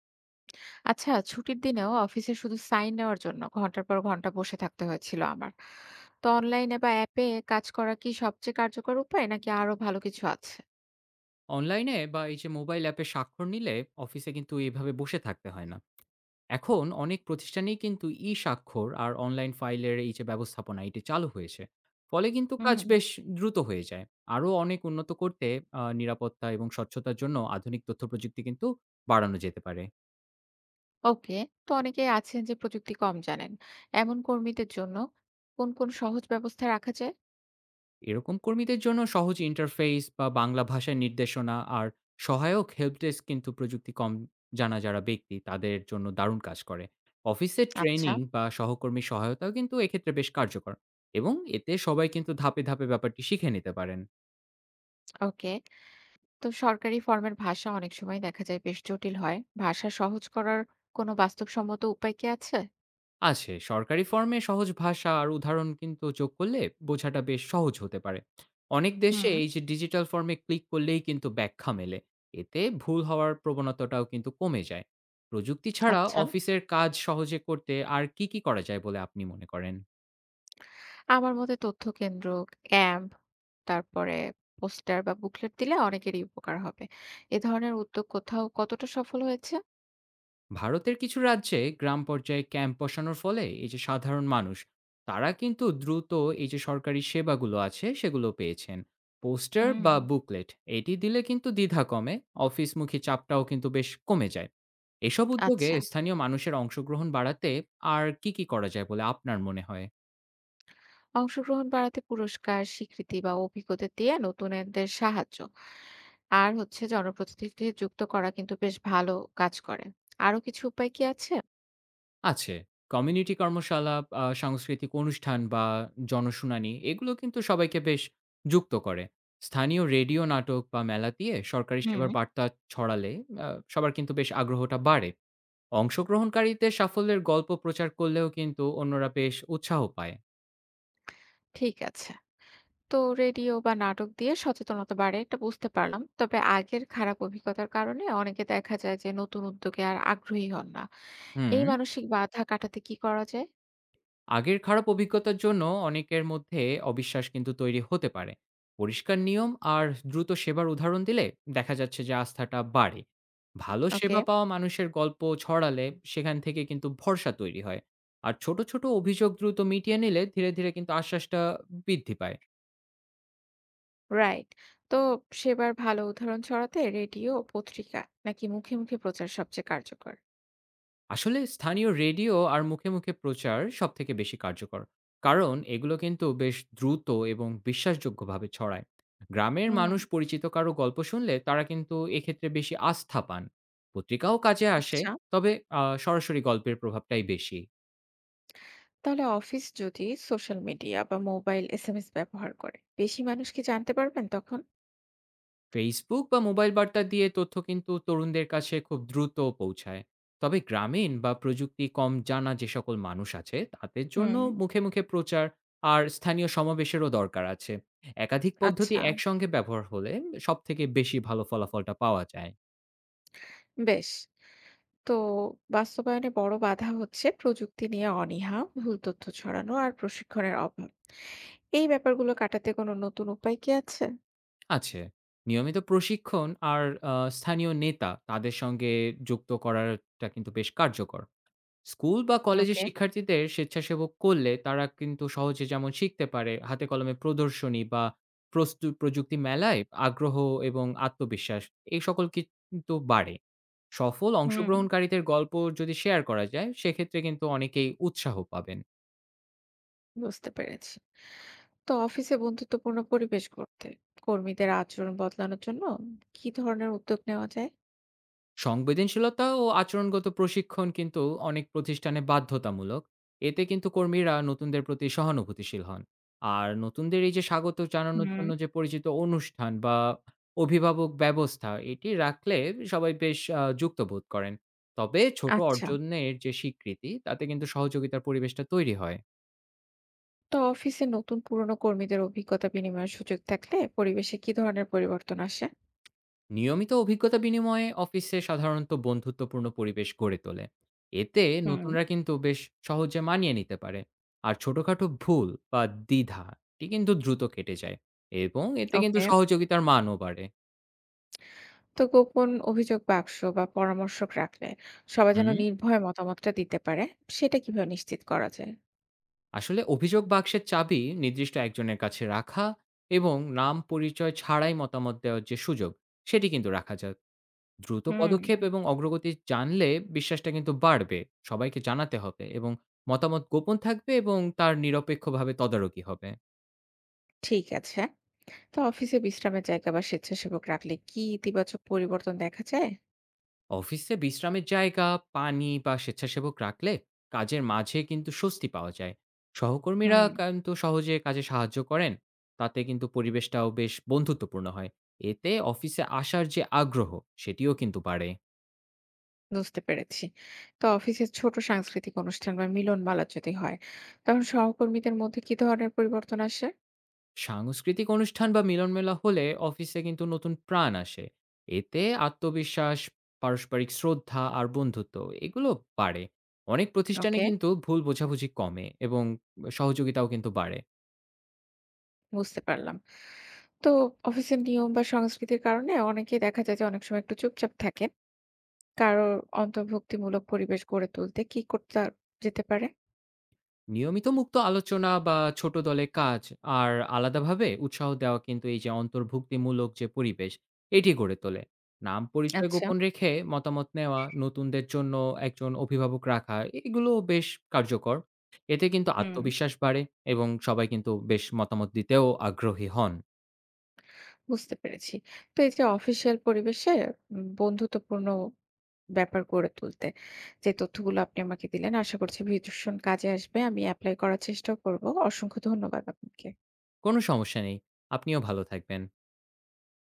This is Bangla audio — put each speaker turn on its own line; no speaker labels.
আচ্ছা, ছুটির দিনেও অফিসে শুধু সাইন নেওয়ার জন্য ঘন্টার পর ঘন্টা বসে থাকতে হয়েছিল আমার। তো অনলাইনে বা অ্যাপে কাজ করা কি সবচেয়ে কার্যকর উপায় নাকি আরো ভালো কিছু আছে?
অনলাইনে বা এই যে মোবাইল অ্যাপে স্বাক্ষর নিলে অফিসে কিন্তু এইভাবে বসে থাকতে হয় না। এখন অনেক প্রতিষ্ঠানেই কিন্তু ই স্বাক্ষর আর অনলাইন ফাইলের এই যে ব্যবস্থাপনা এটি চালু হয়েছে, ফলে কিন্তু
হুম।
কাজ বেশ দ্রুত হয়ে যায়। আরও অনেক উন্নত করতে নিরাপত্তা এবং স্বচ্ছতার জন্য আধুনিক তথ্য প্রযুক্তি কিন্তু বাড়ানো যেতে পারে।
ওকে, তো অনেকেই আছেন যে প্রযুক্তি কম জানেন। এমন কর্মীদের জন্য কোন সহজ ব্যবস্থা রাখা যায়?
এরকম কর্মীদের জন্য সহজ ইন্টারফেস বা বাংলা ভাষায় নির্দেশনা আর সহায়ক হেল্প ডেস্ক কিন্তু প্রযুক্তি কম জানা যারা ব্যক্তি তাদের জন্য দারুণ কাজ করে। অফিসের
আচ্ছা।
ট্রেনিং বা সহকর্মী সহায়তাও কিন্তু এক্ষেত্রে বেশ কার্যকর, এবং এতে সবাই কিন্তু ধাপে ধাপে ব্যাপারটি শিখে নিতে পারেন।
ওকে, তো সরকারি ফর্মের ভাষা অনেক সময় দেখা যায় বেশ জটিল হয়। ভাষা সহজ করার কোনো বাস্তবসম্মত উপায় কি আছে?
আছে। সরকারি ফর্মে সহজ ভাষা আর উদাহরণ কিন্তু যোগ করলে বোঝাটা বেশ সহজ হতে পারে। অনেক দেশে
হুম।
এই যে ডিজিটাল ফর্মে ক্লিক করলেই কিন্তু ব্যাখ্যা মেলে। এতে ভুল হওয়ার প্রবণতাটাও কিন্তু কমে যায়। প্রযুক্তি ছাড়া
আচ্ছা,
অফিসের কাজ সহজে করতে আর কি, কি করা যায় বলে আপনি মনে করেন?
আমার মতে তথ্য কেন্দ্র, ক্যাম্প, তারপরে পোস্টার বা বুকলেট দিলে অনেকেরই উপকার হবে। এ ধরনের উদ্যোগ কোথাও কতটা সফল হয়েছে?
ভারতের কিছু রাজ্যে গ্রাম পর্যায়ে ক্যাম্প বসানোর ফলে এই যে সাধারণ মানুষ, তারা কিন্তু দ্রুত এই যে সরকারি সেবাগুলো আছে সেগুলো পেয়েছেন। পোস্টার
হুম।
বা বুকলেট এটি দিলে কিন্তু দ্বিধা কমে, অফিসমুখী চাপটাও কিন্তু বেশ কমে যায়। এসব উদ্যোগে
আচ্ছা,
স্থানীয় মানুষের অংশগ্রহণ বাড়াতে আর কি কি করা যায় বলে আপনার মনে হয়?
অংশগ্রহণ বাড়াতে পুরস্কার, স্বীকৃতি বা অভিজ্ঞতা দিয়ে নতুনদের সাহায্য আর হচ্ছে জনপ্রতিনিধিকে যুক্ত করা কিন্তু বেশ ভালো কাজ করে। আরো কিছু উপায় কি আছে?
আছে। কমিউনিটি কর্মশালা, সাংস্কৃতিক অনুষ্ঠান বা জনশুনানি, এগুলো কিন্তু সবাইকে বেশ যুক্ত করে। স্থানীয় রেডিও নাটক বা মেলা দিয়ে সরকারি
হুম।
সেবার বার্তা ছড়ালে আ সবার কিন্তু বেশ আগ্রহটা বাড়ে। অংশগ্রহণকারীদের সাফল্যের গল্প প্রচার করলেও কিন্তু অন্যরা বেশ উৎসাহ পায়।
ঠিক আছে। তো রেডিও বা নাটক দিয়ে সচেতনতা বাড়ে এটা বুঝতে পারলাম। তবে আগের খারাপ অভিজ্ঞতার কারণে অনেকে দেখা যায় যে নতুন উদ্যোগে আর আগ্রহী হন না।
হুম।
এই মানসিক বাধা কাটাতে কি করা যায়?
আগের খারাপ অভিজ্ঞতার জন্য অনেকের মধ্যে অবিশ্বাস কিন্তু তৈরি হতে পারে। পরিষ্কার নিয়ম আর দ্রুত সেবার উদাহরণ দিলে দেখা যাচ্ছে যে আস্থাটা বাড়ে। ভালো
ওকে।
সেবা পাওয়া মানুষের গল্প ছড়ালে সেখান থেকে কিন্তু ভরসা তৈরি হয়। আর ছোট ছোট অভিযোগ দ্রুত মিটিয়ে নিলে ধীরে ধীরে কিন্তু আশ্বাসটা বৃদ্ধি পায়।
রাইট। তো সেবার ভালো উদাহরণ ছড়াতে রেডিও, পত্রিকা নাকি মুখে মুখে প্রচার সবচেয়ে কার্যকর?
আসলে স্থানীয় রেডিও আর মুখে মুখে প্রচার সব থেকে বেশি কার্যকর, কারণ এগুলো কিন্তু বেশ দ্রুত এবং বিশ্বাসযোগ্যভাবে ছড়ায়। গ্রামের
হুম।
মানুষ পরিচিত কারো গল্প শুনলে তারা কিন্তু এক্ষেত্রে বেশি আস্থা পান। পত্রিকাও কাজে আসে,
আচ্ছা।
তবে সরাসরি গল্পের প্রভাবটাই বেশি।
তাহলে অফিস যদি সোশ্যাল মিডিয়া বা মোবাইল এসএমএস ব্যবহার করে বেশি মানুষ কি জানতে পারবেন তখন?
ফেসবুক বা মোবাইল বার্তা দিয়ে তথ্য কিন্তু তরুণদের কাছে খুব দ্রুত পৌঁছায়। তবে গ্রামীণ বা প্রযুক্তি কম জানা যে সকল মানুষ আছে তাদের জন্য
হুম।
মুখে মুখে প্রচার আর স্থানীয় সমাবেশেরও দরকার আছে। একাধিক পদ্ধতি
আচ্ছা।
একসঙ্গে ব্যবহার হলে সব থেকে বেশি ভালো ফলাফলটা পাওয়া যায়।
বেশ। তো বাস্তবায়নে বড় বাধা হচ্ছে প্রযুক্তি নিয়ে অনীহা, ভুল তথ্য ছড়ানো আর প্রশিক্ষণের অভাব। এই ব্যাপারগুলো কাটাতে কোনো নতুন উপায় কি আছে?
আছে। নিয়মিত প্রশিক্ষণ আর স্থানীয় নেতা তাদের সঙ্গে যুক্ত করাটা কিন্তু বেশ কার্যকর। স্কুল বা কলেজের
ওকে।
শিক্ষার্থীদের স্বেচ্ছাসেবক করলে তারা কিন্তু সহজে যেমন শিখতে পারে, হাতে কলমে প্রদর্শনী বা প্রযুক্তি মেলায় আগ্রহ এবং আত্মবিশ্বাস এই সকল কিন্তু বাড়ে। সফল
হুম।
অংশগ্রহণকারীদের গল্প যদি শেয়ার করা যায় সেক্ষেত্রে কিন্তু অনেকেই উৎসাহ পাবেন।
বুঝতে পেরেছি। তো অফিসে বন্ধুত্বপূর্ণ পরিবেশ করতে কর্মীদের আচরণ বদলানোর জন্য কি ধরনের উদ্যোগ নেওয়া যায়?
সংবেদনশীলতা ও আচরণগত প্রশিক্ষণ কিন্তু অনেক প্রতিষ্ঠানে বাধ্যতামূলক। এতে কিন্তু কর্মীরা নতুনদের প্রতি সহানুভূতিশীল হন। আর নতুনদের এই যে স্বাগত জানানোর
হুম।
জন্য যে পরিচিত অনুষ্ঠান বা অভিভাবক ব্যবস্থা, এটি রাখলে সবাই বেশ যুক্ত বোধ করেন। তবে ছোট
আচ্ছা।
অর্জনের যে স্বীকৃতি, তাতে কিন্তু সহযোগিতার পরিবেশটা তৈরি হয়।
তো অফিসে নতুন পুরনো কর্মীদের অভিজ্ঞতা বিনিময়ের সুযোগ থাকলে পরিবেশে কি ধরনের পরিবর্তন আসে?
নিয়মিত অভিজ্ঞতা বিনিময়ে অফিসে সাধারণত বন্ধুত্বপূর্ণ পরিবেশ গড়ে তোলে। এতে
হুম।
নতুনরা কিন্তু বেশ সহজে মানিয়ে নিতে পারে। আর ছোটখাটো ভুল বা দ্বিধা এটি কিন্তু দ্রুত কেটে যায়, এবং এতে কিন্তু
ওকে।
সহযোগিতার মানও বাড়ে।
তো গোপন অভিযোগ বাক্স বা পরামর্শক রাখলে সবাই যেন
হুম।
নির্ভয়ে মতামতটা দিতে পারে, সেটা কিভাবে নিশ্চিত করা যায়?
আসলে অভিযোগ বাক্সের চাবি নির্দিষ্ট একজনের কাছে রাখা এবং নাম পরিচয় ছাড়াই মতামত দেওয়ার যে সুযোগ সেটি কিন্তু রাখা যাবে। দ্রুত
হুম।
পদক্ষেপ এবং অগ্রগতি জানলে বিশ্বাসটা কিন্তু বাড়বে। সবাইকে জানাতে হবে এবং মতামত গোপন থাকবে এবং তার নিরপেক্ষভাবে তদারকি হবে।
ঠিক আছে। তো অফিসে বিশ্রামের জায়গা বা স্বেচ্ছাসেবক রাখলে কি ইতিবাচক পরিবর্তন দেখা যায়?
অফিসে বিশ্রামের জায়গা, পানি বা স্বেচ্ছাসেবক রাখলে কাজের মাঝে কিন্তু স্বস্তি পাওয়া যায়। সহকর্মীরা
হুম।
কিন্তু সহজে কাজে সাহায্য করেন। তাতে কিন্তু পরিবেশটাও বেশ বন্ধুত্বপূর্ণ হয়। এতে অফিসে আসার যে আগ্রহ, সেটিও কিন্তু বাড়ে।
বুঝতে পেরেছি। তো অফিসের ছোট সাংস্কৃতিক অনুষ্ঠান বা মিলন মালা যদি হয়, তখন সহকর্মীদের মধ্যে কি ধরনের পরিবর্তন আসে?
সাংস্কৃতিক অনুষ্ঠান বা মিলনমেলা হলে অফিসে কিন্তু নতুন প্রাণ আসে। এতে আত্মবিশ্বাস, পারস্পরিক শ্রদ্ধা আর বন্ধুত্ব, এগুলো বাড়ে। অনেক প্রতিষ্ঠানে
ওকে,
কিন্তু ভুল বোঝাবুঝি কমে এবং সহযোগিতাও কিন্তু বাড়ে।
বুঝতে পারলাম। তো অফিসের নিয়ম বা সংস্কৃতির কারণে অনেকেই দেখা যায় যে অনেক সময় একটু চুপচাপ থাকে। কারোর অন্তর্ভুক্তিমূলক পরিবেশ গড়ে তুলতে কি করতে যেতে পারে?
নিয়মিত মুক্ত আলোচনা বা ছোট দলে কাজ আর আলাদাভাবে উৎসাহ দেওয়া কিন্তু এই যে অন্তর্ভুক্তিমূলক যে পরিবেশ এটি গড়ে তোলে। নাম পরিচয়
আচ্ছা।
গোপন রেখে মতামত নেওয়া, নতুনদের জন্য একজন অভিভাবক রাখা, এগুলো বেশ কার্যকর। এতে কিন্তু
হুম।
আত্মবিশ্বাস বাড়ে এবং সবাই কিন্তু বেশ মতামত দিতেও আগ্রহী হন।
বুঝতে পেরেছি। তো এই যে অফিসিয়াল পরিবেশে বন্ধুত্বপূর্ণ ব্যাপার গড়ে তুলতে। যে তথ্যগুলো আপনি আমাকে দিলেন আশা করছি ভীষণ কাজে আসবে। আমি এপ্লাই করার চেষ্টাও করব। অসংখ্য ধন্যবাদ আপনাকে।
কোনো সমস্যা নেই। আপনিও ভালো থাকবেন।